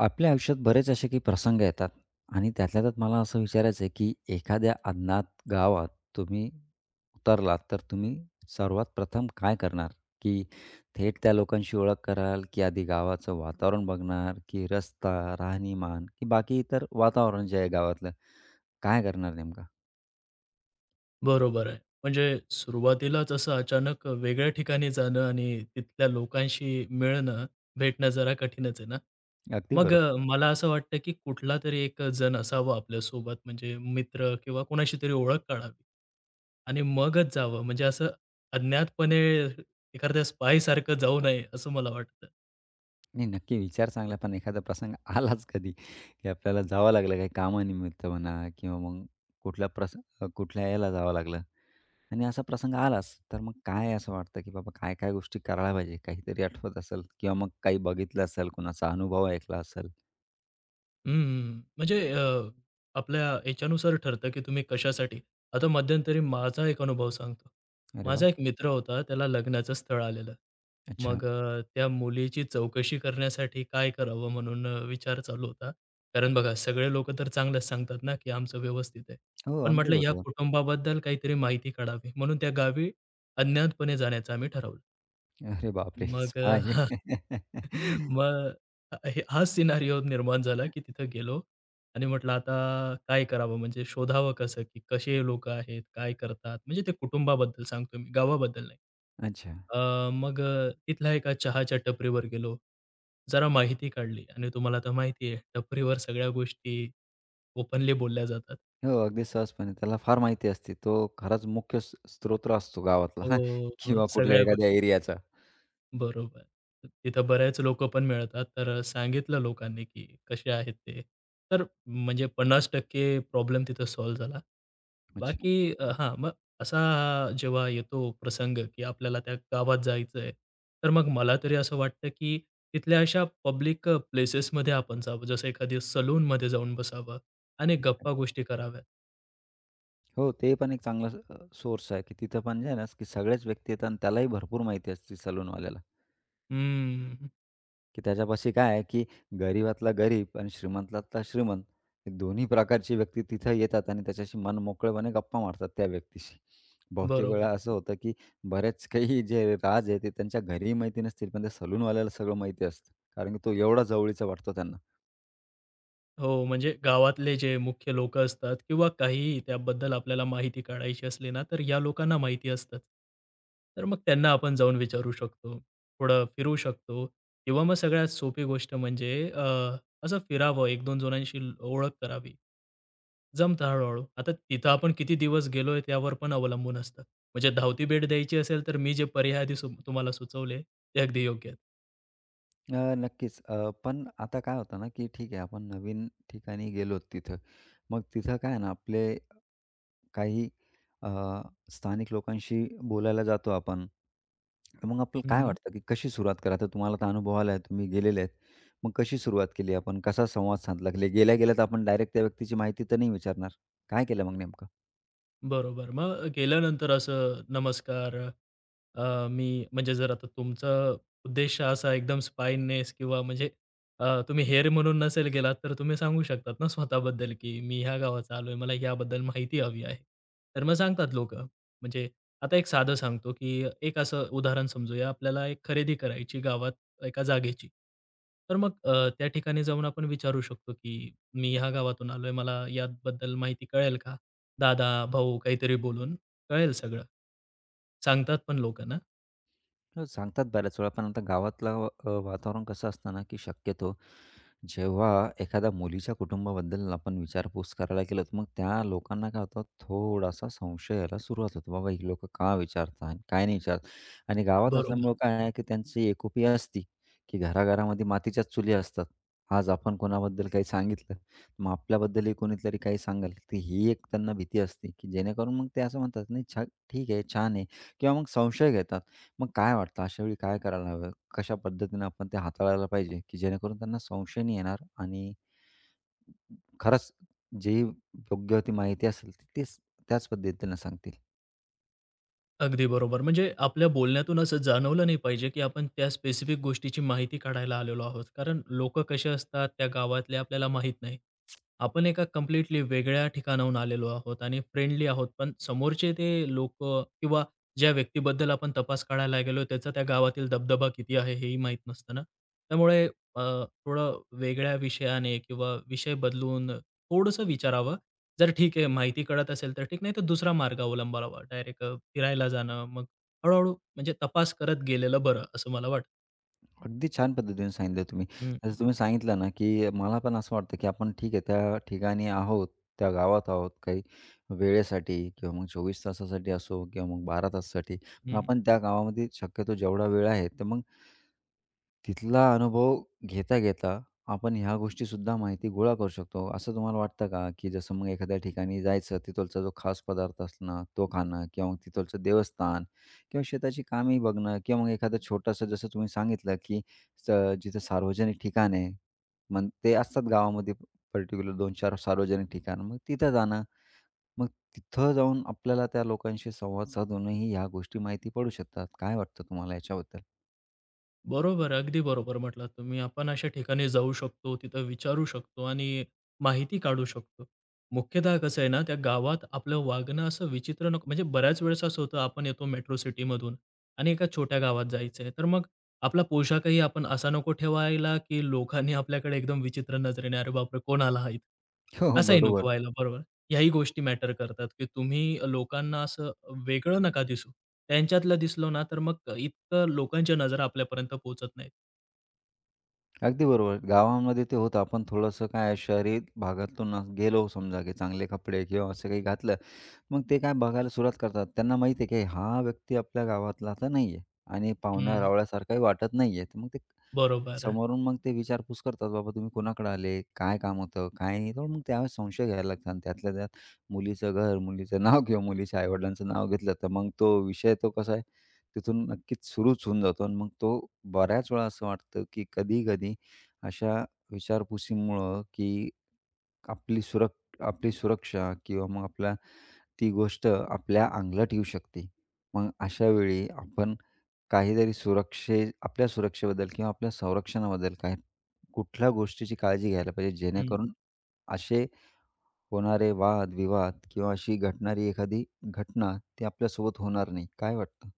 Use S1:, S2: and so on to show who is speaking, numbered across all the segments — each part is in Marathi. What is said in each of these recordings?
S1: आपल्या आयुष्यात बरेच असे काही प्रसंग येतात आणि त्यातल्या त्यात मला असं विचारायचं आहे, की एखाद्या अज्ञात गावात तुम्ही उतरलात, तर तुम्ही सर्वात प्रथम काय करणार? की थेट त्या लोकांशी ओळख कराल, की आधी गावाचं वातावरण बघणार, की रस्ता, राहणीमान, की बाकी इतर वातावरण जे आहे गावातलं, काय करणार नेमका?
S2: बरोबर आहे. म्हणजे सुरुवातीलाच असं अचानक वेगळ्या ठिकाणी जाणं आणि तिथल्या लोकांशी मिळणं, भेटणं जरा कठीणच आहे ना.
S1: अगदी
S2: मग
S1: बरोबर.
S2: मला असं वाटतं, की कुठला तरी एक जण असावा आपल्यासोबत म्हणजे मित्र किंवा कोणाशी तरी ओळख काढावी. आणि मगच जावं म्हणजे असं अज्ञातपणे एखाद्या स्पायसारखं जाऊ नये असं मला वाटतं.
S1: नाही, नक्की विचार चांगला पण एखादा प्रसंग आलाच कधी, की आपल्याला जावं लागलं काही कामानिमित्त म्हणा किंवा मग कुठल्या प्रस कुठल्या याला जावं लागलं? आणि असा प्रसंग आलाच, तर मग काय असं वाटतं, की बाबा काय-काय गोष्टी करायला पाहिजे? काहीतरी आठवत असेल किंवा मग काही बघितलं असेल, कुणाचा अनुभव ऐकला असेल?
S2: हं, म्हणजे अ, आपल्या याच्यानुसार ठरतं, की तुम्ही कशासाठी. आता मध्यंतरी माझा एक अनुभव सांगतो.
S1: अरे वाह!
S2: माझा एक मित्र होता, त्याला लग्नाचं स्थळ आलेलं.
S1: अच्छा.
S2: मग त्या मुलीची चौकशी करण्यासाठी काय करावं म्हणून विचार चालू होता. कारण बघा सगळे लोकं तर चांगलंच सांगतात ना, की आमचं व्यवस्थित आहे.
S1: हो,
S2: पण
S1: अगदी
S2: म्हटलं या
S1: बरोबर.
S2: कुटुंबाबद्दल काहीतरी माहिती काढावी म्हणून त्या गावी अज्ञातपणे जाण्याचं आम्ही ठरवलं.
S1: अरे बापरे!
S2: मग
S1: स्पाय.
S2: मग हाच सिनारिओ निर्माण झाला, की तिथं गेलो आणि म्हटलं आता काय करावं? म्हणजे शोधावं कसं? की कसे लोकं आहेत? काय करतात? म्हणजे ते कुटुंबाबद्दल सांगतो मी, गावाबद्दल नाही.
S1: अच्छा.
S2: तिथल्या एका चहाच्या टपरीवर गेलो. जरा माहिती काढली आणि तुम्हाला तर माहिती आहे टपरीवर सगळ्या गोष्टी ओपनली बोलल्या जातात.
S1: हो, अगदी सहजपणे त्याला फार माहिती असते. तो खराच मुख्य स्रोत असतो गावातला.
S2: हो, हो, हो,
S1: किंवा कुठल्या
S2: सगळ्या
S1: एखाद्या एरियाचा.
S2: बरोबर. तिथं बरेच लोक पण मिळतात. तर सांगितलं लोकांनी, की कसे आहेत ते. तर म्हणजे 50% प्रॉब्लेम तिथं सॉल्व्ह झाला.
S1: अच्छा,
S2: बाकी हां, मग असा जेव्हा येतो प्रसंग, की आपल्याला त्या गावात जायचंय, तर मग मला तरी असं वाटतं, की तिथल्या अशा पब्लिक प्लेसेसमध्ये आपण जावं. जसं एखादी सलूनमध्ये जाऊन बसावं आणि
S1: अच्छा.
S2: गप्पा गोष्टी कराव्यात.
S1: हो, ते पण एक चांगला सोर्स आहे, की तिथं पण जे आहे ना, की सगळ्याच व्यक्ती येतात आणि त्यालाही भरपूर माहिती असते सलूनवाल्याला.
S2: हम्म,
S1: की त्याच्यापाशी काय आहे, की गरिबातला गरीब आणि श्रीमंतातला श्रीमंत, हे दोन्ही प्रकारची व्यक्ती तिथं येतात आणि त्याच्याशी मनमोकळेपणे गप्पा मारतात त्या व्यक्तीशी. बहुतेक वेळा
S2: बरोबर.
S1: असं होतं, की बरेच काही जे राज आहे, ते त्यांच्या घरीही माहिती नसतील, पण त्या सलूनवाल्याला सगळं माहिती असतं. कारण की तो एवढा जवळीचा वाटतो त्यांना.
S2: हो, म्हणजे गावातले जे मुख्य लोकं असतात किंवा काहीही त्याबद्दल आपल्याला माहिती काढायची असली ना, तर या लोकांना माहिती असतात तर मग त्यांना आपण जाऊन विचारू शकतो, थोडं फिरू शकतो किंवा मग सगळ्यात सोपी गोष्ट म्हणजे असं फिरावं, 1-2 जणांशी ओळख करावी. जमतं हळू आता तिथं आपण किती दिवस गेलोय त्यावर पण अवलंबून असतं. म्हणजे धावती भेट द्यायची असेल तर मी जे पर्याय आधी तुम्हाला सुचवले, ते अगदी योग्य आहेत.
S1: नक्कीच. पण आता काय होतं ना, की ठीक आहे आपण नवीन ठिकाणी गेलो तिथं. मग तिथं काय आहे ना आपले काही अ, स्थानिक लोकांशी बोलायला जातो आपण. तर मग आपल्याला काय वाटतं, की कशी सुरुवात करा? आता तुम्हाला तर अनुभव आला आहे, तुम्ही गेलेले आहेत. मग कशी सुरुवात केली आपण? कसा संवाद साधला? गेल्या-गेल्या तर आपण डायरेक्ट त्या व्यक्तीची माहिती तर नाही विचारणार. काय केलं मग नेमकं?
S2: बरोबर. मग गेल्यानंतर असं नमस्कार मी म्हणजे जर आता तुमचा उद्देश असा एकदम स्पायनेस किंवा म्हणजे तुम्ही हेर म्हणून नसेल गेलात, तर तुम्ही सांगू शकतात ना स्वतःबद्दल, की "मी ह्या गावाचा आलोय, मला याबद्दल माहिती हवी आहे." तर मग सांगतात लोकं. म्हणजे आता एक साधं सांगतो, की एक असं उदाहरण समजूया, आपल्याला एक खरेदी करायची गावात एका जागेची. तर मग त्या ठिकाणी जाऊन आपण विचारू शकतो, की "मी ह्या गावातून आलोय, मला याबद्दल माहिती कळेल का?" दादा, भाऊ काहीतरी बोलून कळेल सगळं. सांगतात पण लोकं ना.
S1: हो, सांगतात बऱ्याच वेळा, पण आता गावातलं वातावरण कसं असतं ना, की शक्यतो जेव्हा एखाद्या मुलीच्या कुटुंबाबद्दल आपण विचारपूस करायला गेलो, तर मग त्या लोकांना काय होतं, थोडासा संशय यायला सुरुवात होते. बाबा ही लोकं का विचारतात आणि काय नाही विचारत? आणि गावात
S2: बरोबर.
S1: असल्यामुळं काय आहे, की त्यांची एकोपी असती, की घराघरामध्ये मातीच्याच चुली असतात. आज आपण कोणाबद्दल काही सांगितलं, मग आपल्याबद्दलही कोणीतरी काही सांगेल, तर ही एक त्यांना भीती असते, की जेणेकरून मग ते असं म्हणतात, "नाही, ठीक आहे, छान आहे" किंवा मग संशय घेतात. मग काय वाटतं अशा वेळी काय करायला हवं? कशा पद्धतीनं आपण ते हाताळायला पाहिजे, की जेणेकरून त्यांना संशय नाही येणार आणि खरंच जी योग्य ती माहिती असेल तीच त्याच पद्धतीनं सांगतील.
S2: अगदी बरोबर. म्हणजे आपल्या बोलण्यातून असं जाणवलं नाही पाहिजे, की आपण त्या स्पेसिफिक गोष्टीची माहिती काढायला आलेलो आहोत. कारण लोक कसे असतात त्या गावातले आपल्याला माहीत नाही. आपण एका कंप्लीटली वेगळ्या ठिकाणाहून आलेलो आहोत आणि फ्रेंडली आहोत. पण समोरचे ते लोकं किंवा ज्या व्यक्तीबद्दल आपण तपास काढायला गेलो त्याचा त्या गावातील दबदबा किती आहे हेही माहीत नसतं ना. त्यामुळे अ, थोडं वेगळ्या विषयाने किंवा विषय बदलून थोडंसं विचारावं. जर ठीक आहे, माहिती कळत असेल तर ठीक, नाही तर दुसरा मार्ग अवलंबावा. डायरेक्ट फिरायला जाणं, मग हळू-हळू म्हणजे तपास करत गेलेलं बरं, असं मला वाटतं.
S1: अगदी छान पद्धतीने सांगितलं तुम्ही.
S2: हं,
S1: जसं तुम्ही सांगितलं ना, की मला पण असं वाटतं, की आपण ठीक आहे त्या ठिकाणी आहोत, त्या गावात आहोत काही वेळेसाठी किंवा मग 24 तासासाठी असो किंवा मग 12 तासासाठी. पण
S2: हं.
S1: आपण त्या गावामध्ये शक्यतो जेवढा वेळ आहे तर मग तिथला अनुभव घेता, घेता आपण ह्या गोष्टीसुद्धा माहिती गोळा करू शकतो. असं तुम्हाला वाटतं का, की जसं मग एखाद्या ठिकाणी जायचं, तिथलचा जो खास पदार्थ असणं, तो खाणं किंवा मग तिथलचं देवस्थान किंवा शेताची कामे बघणं किंवा मग एखादं छोटंसं जसं तुम्ही सांगितलं, की स जिथं सार्वजनिक ठिकाण आहे, मग ते असतात गावामध्ये पर्टिक्युलर 2-4 सार्वजनिक ठिकाण. मग तिथं जाणं, मग तिथं जाऊन आपल्याला त्या लोकांशी संवाद साधूनही ह्या गोष्टी माहिती पडू शकतात. काय वाटतं तुम्हाला याच्याबद्दल?
S2: बरोबर, अगदी बरोबर म्हटलात तुम्ही. आपण अशा ठिकाणी जाऊ शकतो, तिथं विचारू शकतो आणि माहिती काढू शकतो. मुख्यतः कसं आहे ना, त्या गावात आपलं वागणं असं विचित्र नको म्हणजे बऱ्याच वेळेस असं होतं, आपण येतो मेट्रो सिटीमधून आणि एका छोट्या गावात जायचं आहे. तर मग आपला पोशाखही आपण असा नको ठेवायला, की लोकांनी आपल्याकडे एकदम विचित्र नजरेने, "अरे बापरे! कोण आला हा
S1: हो,
S2: इथं?"
S1: हो.
S2: असंही
S1: बरोबर.
S2: नको व्हायला. बरोबर. ह्याही गोष्टी मॅटर करतात, की तुम्ही लोकांना असं वेगळं नका दिसू. त्यांच्यातलं दिसलो ना, तर मग इतकं लोकांच्या नजरा आपल्यापर्यंत पोहोचत नाहीत.
S1: अगदी बरोबर. गावामध्ये ते होतं. आपण थोडंसं काय आहे शहरी भागातून गेलो समजा, की चांगले कपडे किंवा असं काही घातलं, मग ते काय बघायला सुरुवात करतात. त्यांना माहिती आहे, की हा व्यक्ती आपल्या गावातला तर नाही आहे आणि
S2: हं,
S1: पाहुण्या-रावळ्यासारखाही वाटत नाही आहे. तर मग ते
S2: बरोबर.
S1: समोरून मग ते विचारपूस करतात, "बाबा तुम्ही कोणाकडे आले? काय काम होतं? काय नाही?" तर मग त्यावेळेस संशय घ्यायला लागतात आणि त्यातल्या त्यात मुलीचं घर, मुलीचं नाव किंवा मुलीच्या आई नाव घेतलं, तर मग तो विषय तो कसा आहे, तिथून नक्कीच सुरूच होऊन जातो आणि मग तो बऱ्याच वेळा असं वाटतं, की कधी-कधी अशा विचारपुसीमुळं, की आपली सुरक आपली सुरक्षा किंवा मग आपला ती गोष्ट आपल्या अंगलट येऊ शकते. मग अशा वेळी आपण काहीतरी सुरक्षे आपल्या सुरक्षेबद्दल किंवा आपल्या संरक्षणाबद्दल काही कुठल्या गोष्टीची काळजी घ्यायला पाहिजे,
S2: हं.
S1: जेणेकरून असे होणारे वाद-विवाद किंवा अशी घडणारी एखादी घटना, ती आपल्यासोबत होणार नाही. काय वाटतं?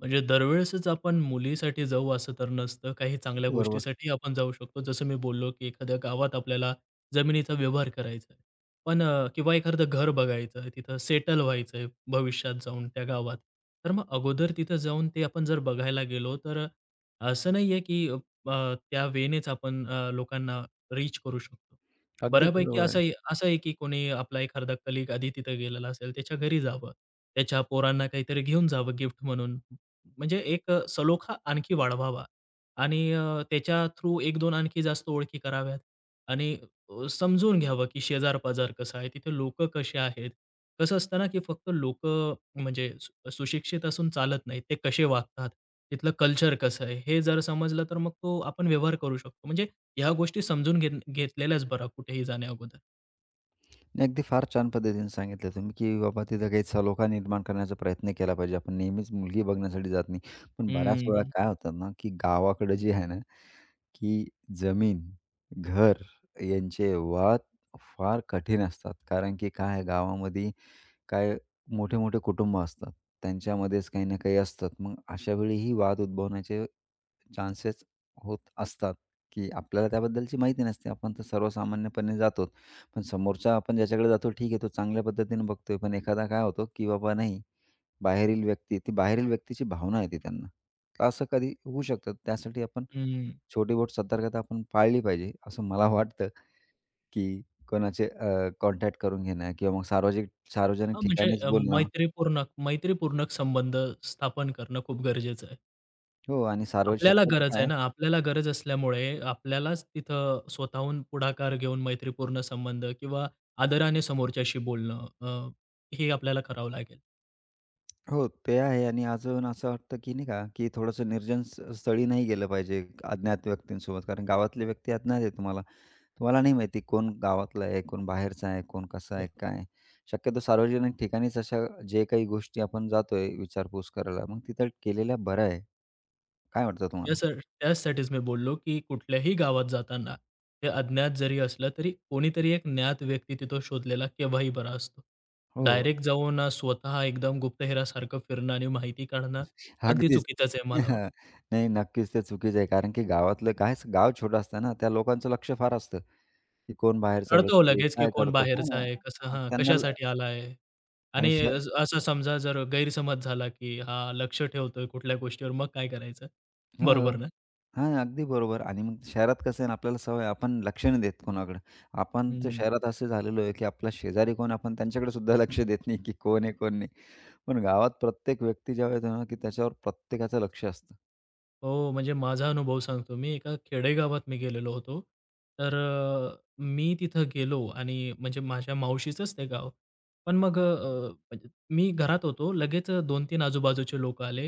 S2: म्हणजे दरवेळेसच आपण मुलीसाठी जाऊ असं तर नसतं. काही चांगल्या
S1: बरोबर.
S2: गोष्टीसाठी आपण जाऊ शकतो. जसं मी बोललो, की एखाद्या गावात आपल्याला जमिनीचा व्यवहार करायचा आहे. पण किंवा एखादं घर बघायचं आहे, तिथं सेटल व्हायचं आहे भविष्यात जाऊन त्या गावात. तर मग अगोदर तिथं जाऊन ते आपण जर बघायला गेलो, तर असं नाही आहे, की त्या वेनेच आपण लोकांना रीच करू शकतो.
S1: अगदी
S2: बऱ्यापैकी
S1: बरोबर आहे.
S2: असं आहे असं आहे, की कोणी आपला एखादा कलीग आधी तिथं गेलेला असेल, त्याच्या घरी जावं. त्याच्या पोरांना काहीतरी घेऊन जावं गिफ्ट म्हणून. म्हणजे एक सलोखा आणखी वाढवावा आणि त्याच्या थ्रू 1-2 आणखी जास्त ओळखी कराव्यात आणि समजून घ्यावं, की शेजार-पाजार कसं आहे, तिथे लोकं कसे आहेत. कसं असतं ना, की फक्त लोक म्हणजे सुशिक्षित असून चालत नाही. ते कसे वागतात, तिथलं कल्चर कसं आहे, हे जर समजलं तर मग तो आपण व्यवहार करू शकतो. म्हणजे ह्या गोष्टी समजून घेत घेतलेल्याच बऱ्या कुठेही जाण्याअगोदर.
S1: नाही, अगदी फार छान पद्धतीने सांगितलं तुम्ही, की बाबा तिथं काही सलोखा निर्माण करण्याचा प्रयत्न केला पाहिजे. आपण नेहमीच मुलगी बघण्यासाठी जात नाही. पण बऱ्याच वेळा
S2: हं,
S1: काय होतात ना, की गावाकडं जे आहे ना, की जमीन, घर यांचे वाद फार कठीण असतात. कारण की काय आहे गावामध्ये काय मोठे-मोठे कुटुंब असतात. त्यांच्यामध्येच काही ना काही असतात. मग अशा वेळी ही वाद उद्भवण्याचे चान्सेस होत असतात, की आपल्याला त्याबद्दलची माहिती नसते. आपण तर सर्वसामान्यपणे जातो. पण समोरचा आपण ज्याच्याकडे जातो ठीक आहे, तो चांगल्या पद्धतीने बघतोय. पण एखादा काय होतो, की बाबा नाही बाहेरील व्यक्ती, ती बाहेरील व्यक्तीची भावना येते त्यांना. तर असं कधी होऊ शकतं. त्यासाठी आपण
S2: हं.
S1: छोटी-बोट सतर्कता आपण पाळली पाहिजे, असं मला वाटतं, की कोणाचे कॉन्टॅक्ट करून घेणं किंवा मग सार्वजनिक
S2: हां, म्हणजे
S1: ठिकाणीच बोलणं.
S2: मैत्रीपूर्ण मैत्रीपूर्ण संबंध स्थापन करणं खूप गरजेचं आहे.
S1: हो आणि
S2: आपल्याला
S1: शक्यतो
S2: गरज
S1: काय
S2: आहे ना, आपल्याला गरज असल्यामुळे आपल्यालाच तिथं स्वतःहून पुढाकार घेऊन मैत्रीपूर्ण संबंध किंवा आदराने समोरच्याशी बोलणं हे आपल्याला करावं लागेल.
S1: हो, ते आहे आणि अजून असं वाटतं, की नाही का, की थोडंसं निर्जन स स्थळी नाही गेलं पाहिजे अज्ञात व्यक्तींसोबत. कारण गावातले व्यक्ती अज्ञात आहे तुम्हाला. तुम्हाला नाही माहिती कोण गावातला आहे, कोण बाहेरचा आहे, कोण कसा आहे,
S2: बरं.
S1: काय आहे. शक्यतो सार्वजनिक ठिकाणीच अशा जे काही गोष्टी आपण जातोय विचारपूस करायला, मग तिथं केलेल्या बऱ्या आहे. काय वाटतं तुम्हाला?
S2: त्यासा त्यासाठीच मी बोललो, की कुठल्याही गावात जाताना ते अज्ञात जरी असलं तरी कोणीतरी एक ज्ञात व्यक्ती तिथं शोधलेला केव्हाही बरा असतो.
S1: हो,
S2: डायरेक्ट जाऊन स्वतः एकदम गुप्तहेरासारखं फिरणं आणि माहिती काढणं अगदी
S1: अगदीच.
S2: चुकीचंच आहे मला वाटतं.
S1: नाही, नक्कीच ते चुकीचं आहे. कारण की गावातलं काय गाव छोटं असतं ना, त्या लोकांचं लक्ष फार असतं, की कोण बाहेरचा
S2: कळतो
S1: व्यक्ती आहे,
S2: लगेच, की
S1: काय
S2: कोण
S1: करतो?
S2: बाहेरचा आहे, कसं
S1: हां,
S2: हां, कशासाठी आला आहे.
S1: आणि
S2: आणि
S1: श
S2: असं समजा जर गैरसमज झाला, की हा लक्ष ठेवतोय कुठल्या गोष्टीवर, मग काय करायचं?
S1: हां,
S2: बरोबर ना?
S1: हां, अगदी बरोबर आणि मग शहरात कसं आहे ना, आपल्याला सवय आहे, आपण लक्ष नाही देत कोणाकडे. आपण तर
S2: हं,
S1: शहरात असे झालेलो आहे, की आपला शेजारी कोण, आपण त्यांच्याकडे सुद्धा लक्ष देत नाही, की कोण
S2: बरोबर.
S1: आहे, कोण नाही. पण गावात प्रत्येक व्यक्ती जेव्हा येतो ना, की त्याच्यावर प्रत्येकाचं लक्ष असतं.
S2: हो, म्हणजे माझा अनुभव सांगतो मी. एका खेडेगावात मी गेलेलो होतो. तर मी तिथं गेलो आणि म्हणजे माझ्या मावशीचंच ते गाव. पण मग म्हणजे मी घरात होतो. लगेच 2-3 आजूबाजूचे लोकं आले.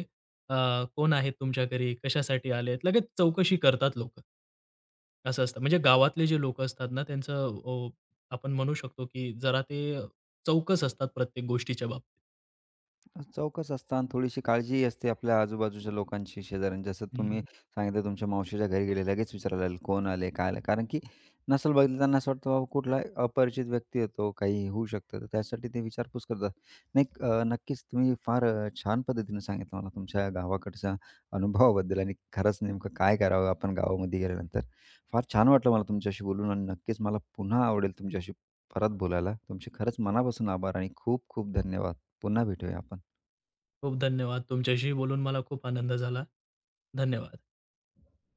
S2: "कोण आहेत तुमच्या घरी? कशासाठी आलेत?" लगेच चौकशी करतात लोकं. असं असतं. म्हणजे गावातले जे लोकं असतात ना, त्यांचं आपण म्हणू शकतो की जरा ते चौकस असतात प्रत्येक गोष्टीच्या बाबतीत.
S1: चौकस असतं थोडीशी काळजीही असते आपल्या आजूबाजूच्या लोकांची, शेजाऱ्यांची. जसं तुम्ही
S2: हं.
S1: सांगितलं तुमच्या मावशीच्या घरी गेले, लगेच विचारायला लागले, कोण आले, काय आलं? कारण की नसल बघितलं त्यांना असं वाटतं, बाबा कुठला अपरिचित व्यक्ती येतो, काही होऊ शकतं. तर त्यासाठी ते विचारपूस करतात. नक्कीच तुम्ही फार छान पद्धतीने सांगितलं मला तुमच्या गावाकडच्या अनुभवाबद्दल आणि खरंच नेमकं काय करावं आपण गावामध्ये गेल्यानंतर. फार छान वाटलं मला तुमच्याशी बोलून आणि नक्कीच मला पुन्हा आवडेल तुमच्याशी परत बोलायला. तुमचे खरंच मनापासून आभार आणि खूप खूप धन्यवाद. पुन्हा भेटूया आपण.
S2: खूप धन्यवाद. तुमच्याशी बोलून मला खूप आनंद झाला. धन्यवाद.